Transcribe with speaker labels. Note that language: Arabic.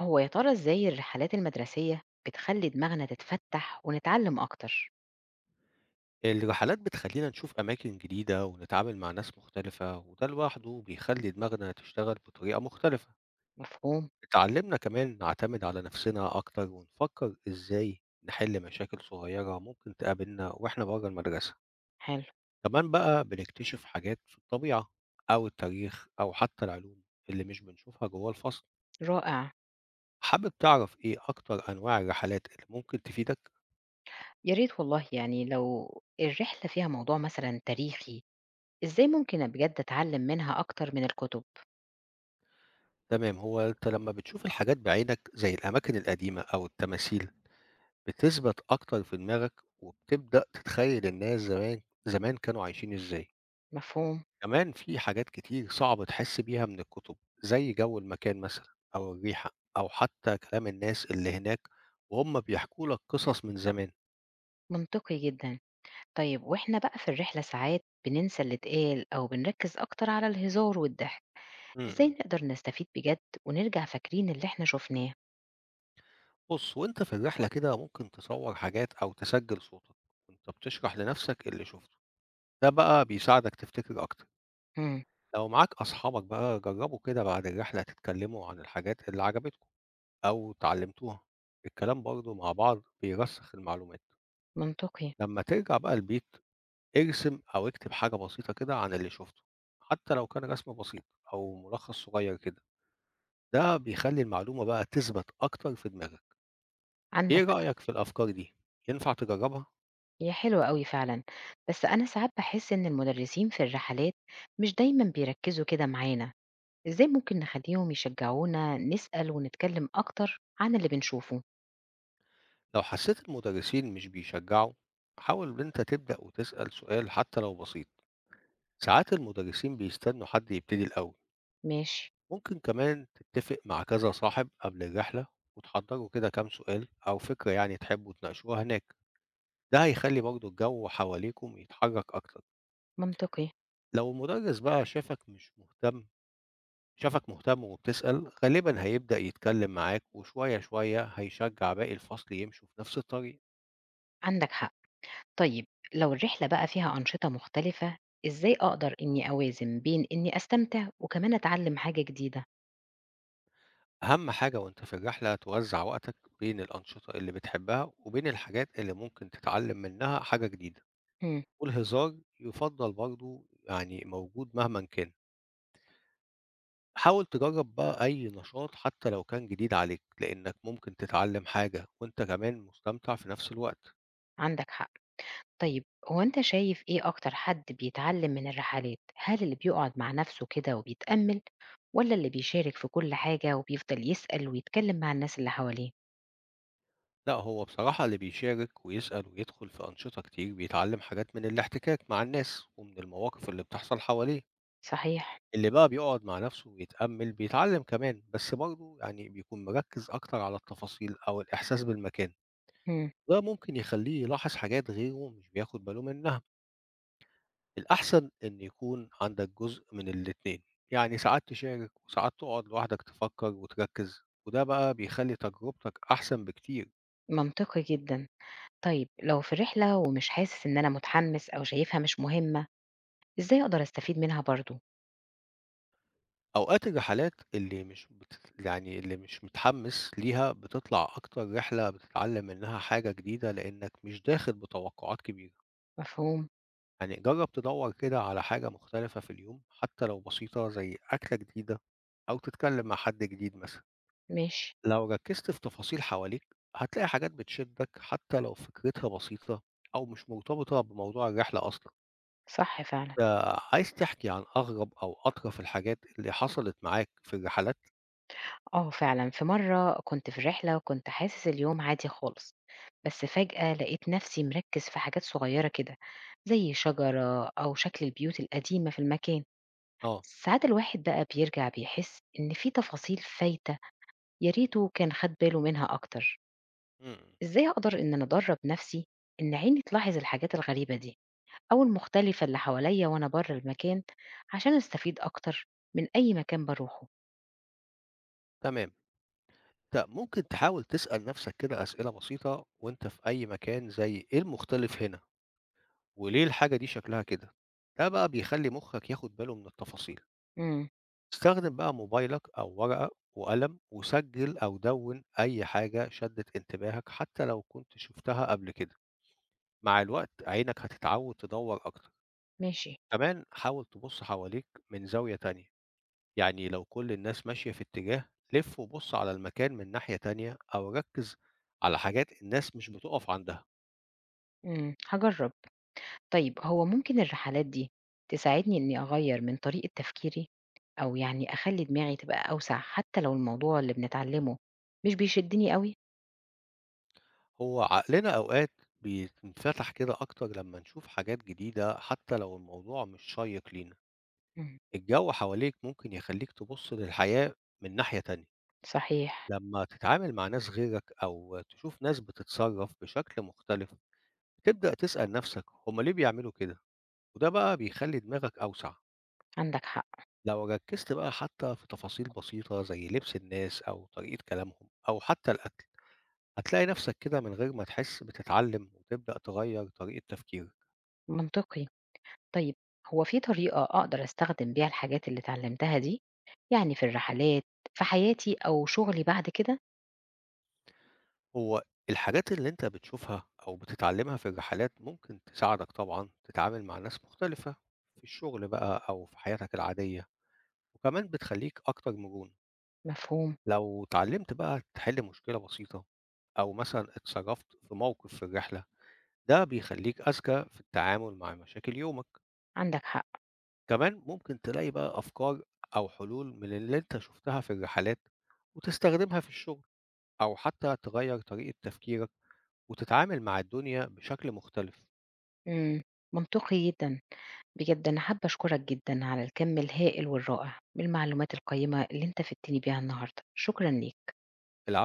Speaker 1: هو يا ترى إزاي الرحلات المدرسية بتخلّي دماغنا تتفتّح ونتعلّم أكتر؟
Speaker 2: الرحلات بتخلينا نشوف أماكن جديدة ونتعامل مع ناس مختلفة وده لوحده بيخلي دماغنا تشتغل بطريقة مختلفة.
Speaker 1: مفهوم،
Speaker 2: اتعلمنا كمان نعتمد على نفسنا أكتر ونفكر إزاي نحل مشاكل صغيرة ممكن تقابلنا وإحنا بره المدرسة.
Speaker 1: حلو،
Speaker 2: كمان بقى بنكتشف حاجات في الطبيعة أو التاريخ أو حتى العلوم اللي مش بنشوفها جوه الفصل.
Speaker 1: رائع.
Speaker 2: حابب تعرف إيه أكتر أنواع الرحلات اللي ممكن تفيدك؟
Speaker 1: يا ريت والله، يعني لو الرحلة فيها موضوع مثلًا تاريخي، إزاي ممكن بجد أتعلّم منها أكتر من الكتب؟
Speaker 2: تمام، هو أنت لما بتشوف الحاجات بعينك زي الأماكن القديمة أو التماثيل بتثبت أكتر في دماغك، وبتبدأ تتخيّل الناس زمان زمان كانوا عايشين إزاي.
Speaker 1: مفهوم،
Speaker 2: كمان في حاجات كتير صعب تحس بيها من الكتب، زي جو المكان مثلًا أو الريحة أو حتى كلام الناس اللي هناك وهُم بيحكوا لك قصص من زمان.
Speaker 1: منطقي جدًا. طيب وإحنا بقى في الرحلة ساعات بننسى اللي اتقال أو بنركّز أكتر على الهزار والضحك،
Speaker 2: إمم،
Speaker 1: إزاي
Speaker 2: إمم.
Speaker 1: نقدر نستفيد بجد ونرجع فاكرين اللي إحنا شُفناه؟
Speaker 2: بُص، وأنت في الرحلة كده ممكن تصوّر حاجات أو تسجّل صوتك وأنت بتشرح لنفسك اللي شُفته، ده بقى بيساعدك تفتكر أكتر.
Speaker 1: إمم،
Speaker 2: لو معاك أصحابك بقى جرّبوا كده بعد الرحلة تتكلموا عن الحاجات اللي عجبتكم أو اتعلمتوها، الكلام برضه مع بعض بيرسّخ المعلومات.
Speaker 1: منطقي.
Speaker 2: لمّا ترجع بقى البيت ارسم أو اكتب حاجة بسيطة كده عن اللي شُفته، حتى لو كان رسم بسيط أو ملخص صغير كده، ده بيخلّي المعلومة بقى تثبت أكتر في دماغك. إيه
Speaker 1: عندك
Speaker 2: رأيك في الأفكار دي؟ ينفع تجرّبها؟
Speaker 1: هي حلوة أوي فعلًا، بس أنا ساعات باحس إن المدرسين في الرحلات مش دايمًا بيركّزوا كده معانا، إزاي ممكن نخلّيهم يشجعونا نسأل ونتكلم أكتر عن اللي بنشوفه؟
Speaker 2: لو حسّيت المدرسين مش بيشجعوا، حاول إن أنت تبدأ وتسأل سؤال حتى لو بسيط، ساعات المدرسين بيستنوا حد يبتدي الأول.
Speaker 1: ماشي،
Speaker 2: ممكن كمان تتفق مع كذا صاحب قبل الرحلة وتحضروا كده كام سؤال أو فكرة يعني تحبوا تناقشوها هناك، ده هيخلي برضو الجو حواليكم يتحرك أكتر.
Speaker 1: منطقي.
Speaker 2: لو المدرس بقى شافك مش مهتم شافك مهتم وبتسأل غالبا هيبدأ يتكلم معاك وشوية شوية هيشجع باقي الفصل يمشوا في نفس الطريق.
Speaker 1: عندك حق. طيب لو الرحلة بقى فيها أنشطة مختلفة، إزاي أقدر إني أوازن بين إني أستمتع وكمان أتعلم حاجة جديدة؟
Speaker 2: أهم حاجة وأنت في الرحلة توزع وقتك بين الأنشطة اللي بتحبها وبين الحاجات اللي ممكن تتعلم منها حاجة جديدة،
Speaker 1: امم.
Speaker 2: والهزار يفضل برضو يعني موجود مهما كان. حاول تجرب بقى أي نشاط حتى لو كان جديد عليك لأنك ممكن تتعلم حاجة وأنت كمان مستمتع في نفس الوقت.
Speaker 1: عندك حق. طيب، هو أنت شايف إيه أكتر حد بيتعلم من الرحلات؟ هل اللي بيقعد مع نفسه كده وبيتأمل والّا اللي بيشارك في كل حاجة وبيفضل يسأل ويتكلم مع الناس اللي حواليه؟
Speaker 2: لا، هو بصراحة اللي بيشارك ويسأل ويدخل في أنشطة كتير بيتعلم حاجات من الاحتكاك مع الناس ومن المواقف اللي بتحصل حواليه.
Speaker 1: صحيح،
Speaker 2: اللي بقى بيقعد مع نفسه ويتأمل بيتعلم كمان بس برضه يعني بيكون مركز أكتر على التفاصيل أو الإحساس بالمكان،
Speaker 1: إمم،
Speaker 2: ده ممكن يخليه يلاحظ حاجات غيره مش بياخد باله منها. الأحسن إن يكون عندك جزء من الاتنين، يعني ساعات تشارك وساعات تقعد لوحدك تفكر وتركز، وده بقى بيخلّي تجربتك أحسن بكتير.
Speaker 1: منطقي جدًا. طيب لو في رحلة ومش حاسس إن أنا متحمس أو شايفها مش مهمة، إزاي أقدر أستفيد منها برضه؟
Speaker 2: أوقات الرحلات اللي مش بت يعني اللي مش متحمس ليها بتطلع أكتر رحلة بتتعلم منها حاجة جديدة لإنك مش داخل بتوقعات كبيرة.
Speaker 1: مفهوم،
Speaker 2: يعني جرّب تدوّر كده على حاجة مختلفة في اليوم حتى لو بسيطة زي أكلة جديدة أو تتكلم مع حد جديد مثلًا.
Speaker 1: ماشي،
Speaker 2: لو ركزت في تفاصيل حواليك هتلاقي حاجات بتشدك حتى لو فكرتها بسيطة أو مش مرتبطة بموضوع الرحلة أصلا.
Speaker 1: صح فعلًا.
Speaker 2: آه، عايز تحكي عن أغرب أو أطرف الحاجات اللي حصلت معاك في الرحلات؟
Speaker 1: آه فعلًا، في مرّة كنت في رحلة وكنت حاسس اليوم عادي خالص، بس فجأة لقيت نفسي مركّز في حاجات صغيرة كده، زي شجرة أو شكل البيوت القديمة في المكان.
Speaker 2: آه.
Speaker 1: ساعات الواحد بقى بيرجع بيحس إن في تفاصيل فايتة، يا ريته كان خد باله منها أكتر.
Speaker 2: مم.
Speaker 1: إزاي أقدر إن أنا أدرب نفسي إن عيني تلاحظ الحاجات الغريبة دي أو المختلفة اللي حواليا وأنا بره المكان، عشان أستفيد أكتر من أي مكان بروحه.
Speaker 2: تمام. ممكن تحاول تسأل نفسك كده أسئلة بسيطة وأنت في أي مكان زي إيه المختلف هنا؟ وليه الحاجة دي شكلها كده؟ ده بقى بيخلي مخك ياخد باله من التفاصيل.
Speaker 1: امم،
Speaker 2: استخدم بقى موبايلك أو ورقة وقلم وسجل أو دون أي حاجة شدت انتباهك حتى لو كنت شفتها قبل كده، مع الوقت عينك هتتعود تدور أكتر.
Speaker 1: ماشي،
Speaker 2: كمان حاول تبص حواليك من زاوية تانية، يعني لو كل الناس ماشية في اتجاه لف وبص على المكان من ناحية تانية أو ركز على حاجات الناس مش بتقف عندها.
Speaker 1: هجرب. طيب هو ممكن الرحلات دي تساعدني إني أغير من طريقة تفكيري، أو يعني أخلي دماغي تبقى أوسع حتى لو الموضوع اللي بنتعلمه مش بيشدني قوي؟
Speaker 2: هو عقلنا أوقات بينفتح كده أكتر لما نشوف حاجات جديدة حتى لو الموضوع مش شيق لينا.
Speaker 1: امم،
Speaker 2: الجو حواليك ممكن يخلّيك تبُص للحياة من ناحية تانية،
Speaker 1: صحيح،
Speaker 2: لمّا تتعامل مع ناس غيرك أو تشوف ناس بتتصرّف بشكل مختلف، تبدأ تسأل نَفْسك هُم ليه بيعملوا كده؟ وده بقى بيخلّي دماغك أوسع.
Speaker 1: عندك حق،
Speaker 2: لو ركّزت بقى حتى في تفاصيل بسيطة زي لبس الناس أو طريقة كلامهم أو حتى الأكل، هتلاقي نَفْسك كده من غير ما تحس بتتعلم وتبدأ تغيّر طريقة تفكيرك.
Speaker 1: منطقي. طيب هو في طريقة أقدر أستخدم بيها الحاجات اللي اتعلمتها دي، يعني في الرحلات، في حياتي أو شغلي بعد كده؟
Speaker 2: هو الحاجات اللي أنت بتشوفها أو بتتعلمها في الرحلات ممكن تساعدك طبعًا تتعامل مع ناس مختلفة في الشغل بقى أو في حياتك العادية، وكمان بتخلّيك أكتر مرونة.
Speaker 1: مفهوم،
Speaker 2: لو اتعلمت بقى تحل مشكلة بسيطة أو مثلًا اتصرفت في موقف في الرحلة، ده بيخلّيك أذكى في التعامل مع مشاكل يومك.
Speaker 1: عندك حق،
Speaker 2: كمان ممكن تلاقي بقى أفكار أو حلول من اللي أنت شُفتها في الرحلات وتستخدمها في الشغل أو حتى تغيّر طريقة تفكيرك وتتعامل مع الدنيا بشكل مختلف.
Speaker 1: مم. منطقي جدا. بجد أنا حابة أشكرك جدا على الكم الهائل والرائع من المعلومات القيمة اللي أنت فدتني بيها النهاردة، شكرا ليك.
Speaker 2: العفو.